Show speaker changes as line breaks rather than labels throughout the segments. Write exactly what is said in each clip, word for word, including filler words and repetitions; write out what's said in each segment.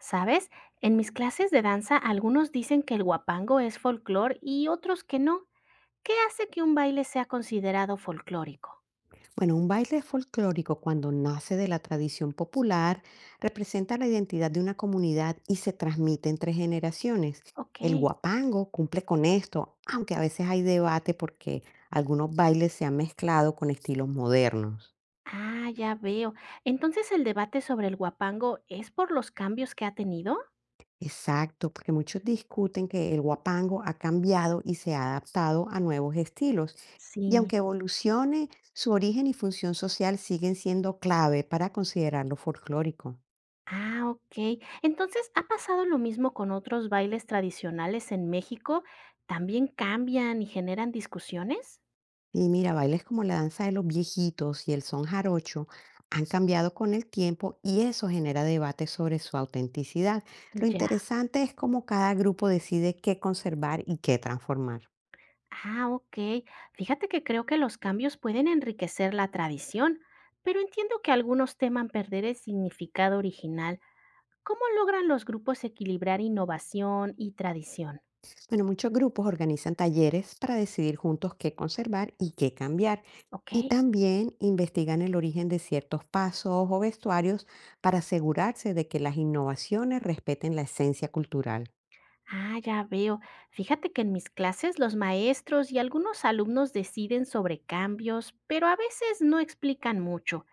¿Sabes? En mis clases de danza algunos dicen que el guapango es folclor y otros que no. ¿Qué hace que un baile sea considerado folclórico?
Bueno, un baile folclórico cuando nace de la tradición popular representa la identidad de una comunidad y se transmite entre generaciones.
Ok.
El guapango cumple con esto, aunque a veces hay debate porque algunos bailes se han mezclado con estilos modernos.
Ah, ya veo. ¿Entonces el debate sobre el guapango es por los cambios que ha tenido?
Exacto, porque muchos discuten que el guapango ha cambiado y se ha adaptado a nuevos estilos. Y
Sí.
aunque evolucione, su origen y función social siguen siendo clave para considerarlo folclórico.
Ah, ok. Entonces, ¿ha pasado lo mismo con otros bailes tradicionales en México? ¿También cambian y generan discusiones?
Y mira, bailes como la danza de los viejitos y el son jarocho han cambiado con el tiempo, y eso genera debate sobre su autenticidad. Lo
Ya.
interesante es cómo cada grupo decide qué conservar y qué transformar.
Ah, ok. Fíjate que creo que los cambios pueden enriquecer la tradición, pero entiendo que algunos teman perder el significado original. ¿Cómo logran los grupos equilibrar innovación y tradición?
Bueno, muchos grupos organizan talleres para decidir juntos qué conservar y qué cambiar.
Ok.
Y también investigan el origen de ciertos pasos o vestuarios para asegurarse de que las innovaciones respeten la esencia cultural.
Ah, ya veo. Fíjate que en mis clases los maestros y algunos alumnos deciden sobre cambios, pero a veces no explican mucho.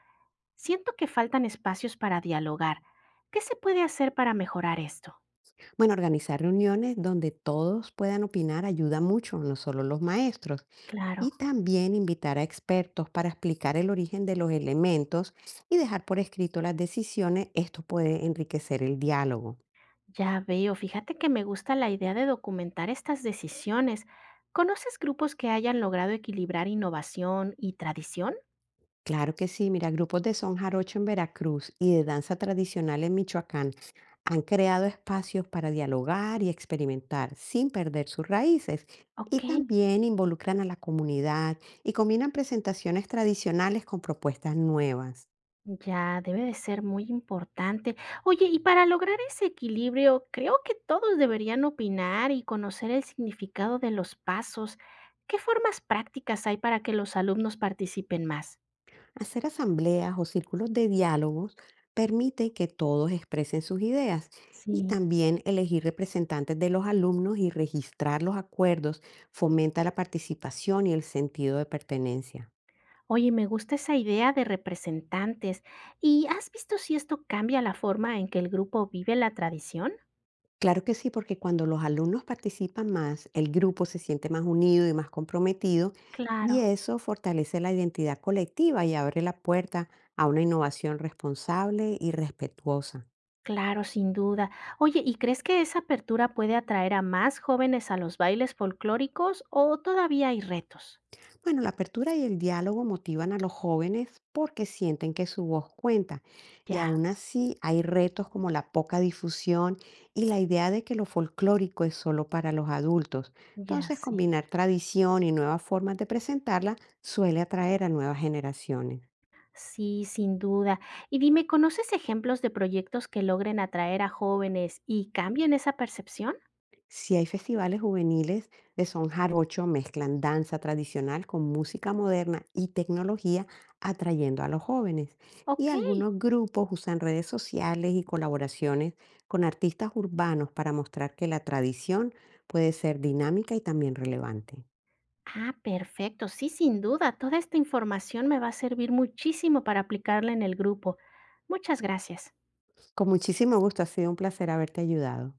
Siento que faltan espacios para dialogar. ¿Qué se puede hacer para mejorar esto?
Bueno, organizar reuniones donde todos puedan opinar ayuda mucho, no solo los maestros,
Claro.
y también invitar a expertos para explicar el origen de los elementos y dejar por escrito las decisiones; esto puede enriquecer el diálogo.
Ya veo, fíjate que me gusta la idea de documentar estas decisiones. ¿Conoces grupos que hayan logrado equilibrar innovación y tradición?
Claro que sí, mira, grupos de son jarocho en Veracruz y de danza tradicional en Michoacán han creado espacios para dialogar y experimentar sin perder sus raíces. Y
Ok,
también involucran a la comunidad y combinan presentaciones tradicionales con propuestas nuevas.
ya debe de ser muy importante. Oye, y para lograr ese equilibrio, creo que todos deberían opinar y conocer el significado de los pasos. ¿Qué formas prácticas hay para que los alumnos participen más?
Hacer asambleas o círculos de diálogos permite que todos expresen sus ideas, y
Sí.
también elegir representantes de los alumnos y registrar los acuerdos fomenta la participación y el sentido de pertenencia.
Oye, me gusta esa idea de representantes. ¿Y has visto si esto cambia la forma en que el grupo vive la tradición?
Claro que sí, porque cuando los alumnos participan más, el grupo se siente más unido y más comprometido, y
Claro,
eso fortalece la identidad colectiva y abre la puerta a una innovación responsable y respetuosa.
claro, sin duda. Oye, ¿y crees que esa apertura puede atraer a más jóvenes a los bailes folclóricos o todavía hay retos?
Bueno, la apertura y el diálogo motivan a los jóvenes porque sienten que su voz cuenta, y
Ya,
aún así hay retos, como la poca difusión y la idea de que lo folclórico es solo para los adultos.
ya
Entonces,
sé.
combinar tradición y nuevas formas de presentarla suele atraer a nuevas generaciones.
Sí, sin duda. Y dime, ¿conoces ejemplos de proyectos que logren atraer a jóvenes y cambien esa percepción?
Si hay festivales juveniles de son jarocho, mezclan danza tradicional con música moderna y tecnología, atrayendo a los jóvenes. Y
Ok.
algunos grupos usan redes sociales y colaboraciones con artistas urbanos para mostrar que la tradición puede ser dinámica y también relevante.
Ah, perfecto. Sí, sin duda. Toda esta información me va a servir muchísimo para aplicarla en el grupo. Muchas gracias.
Con muchísimo gusto, ha sido un placer haberte ayudado.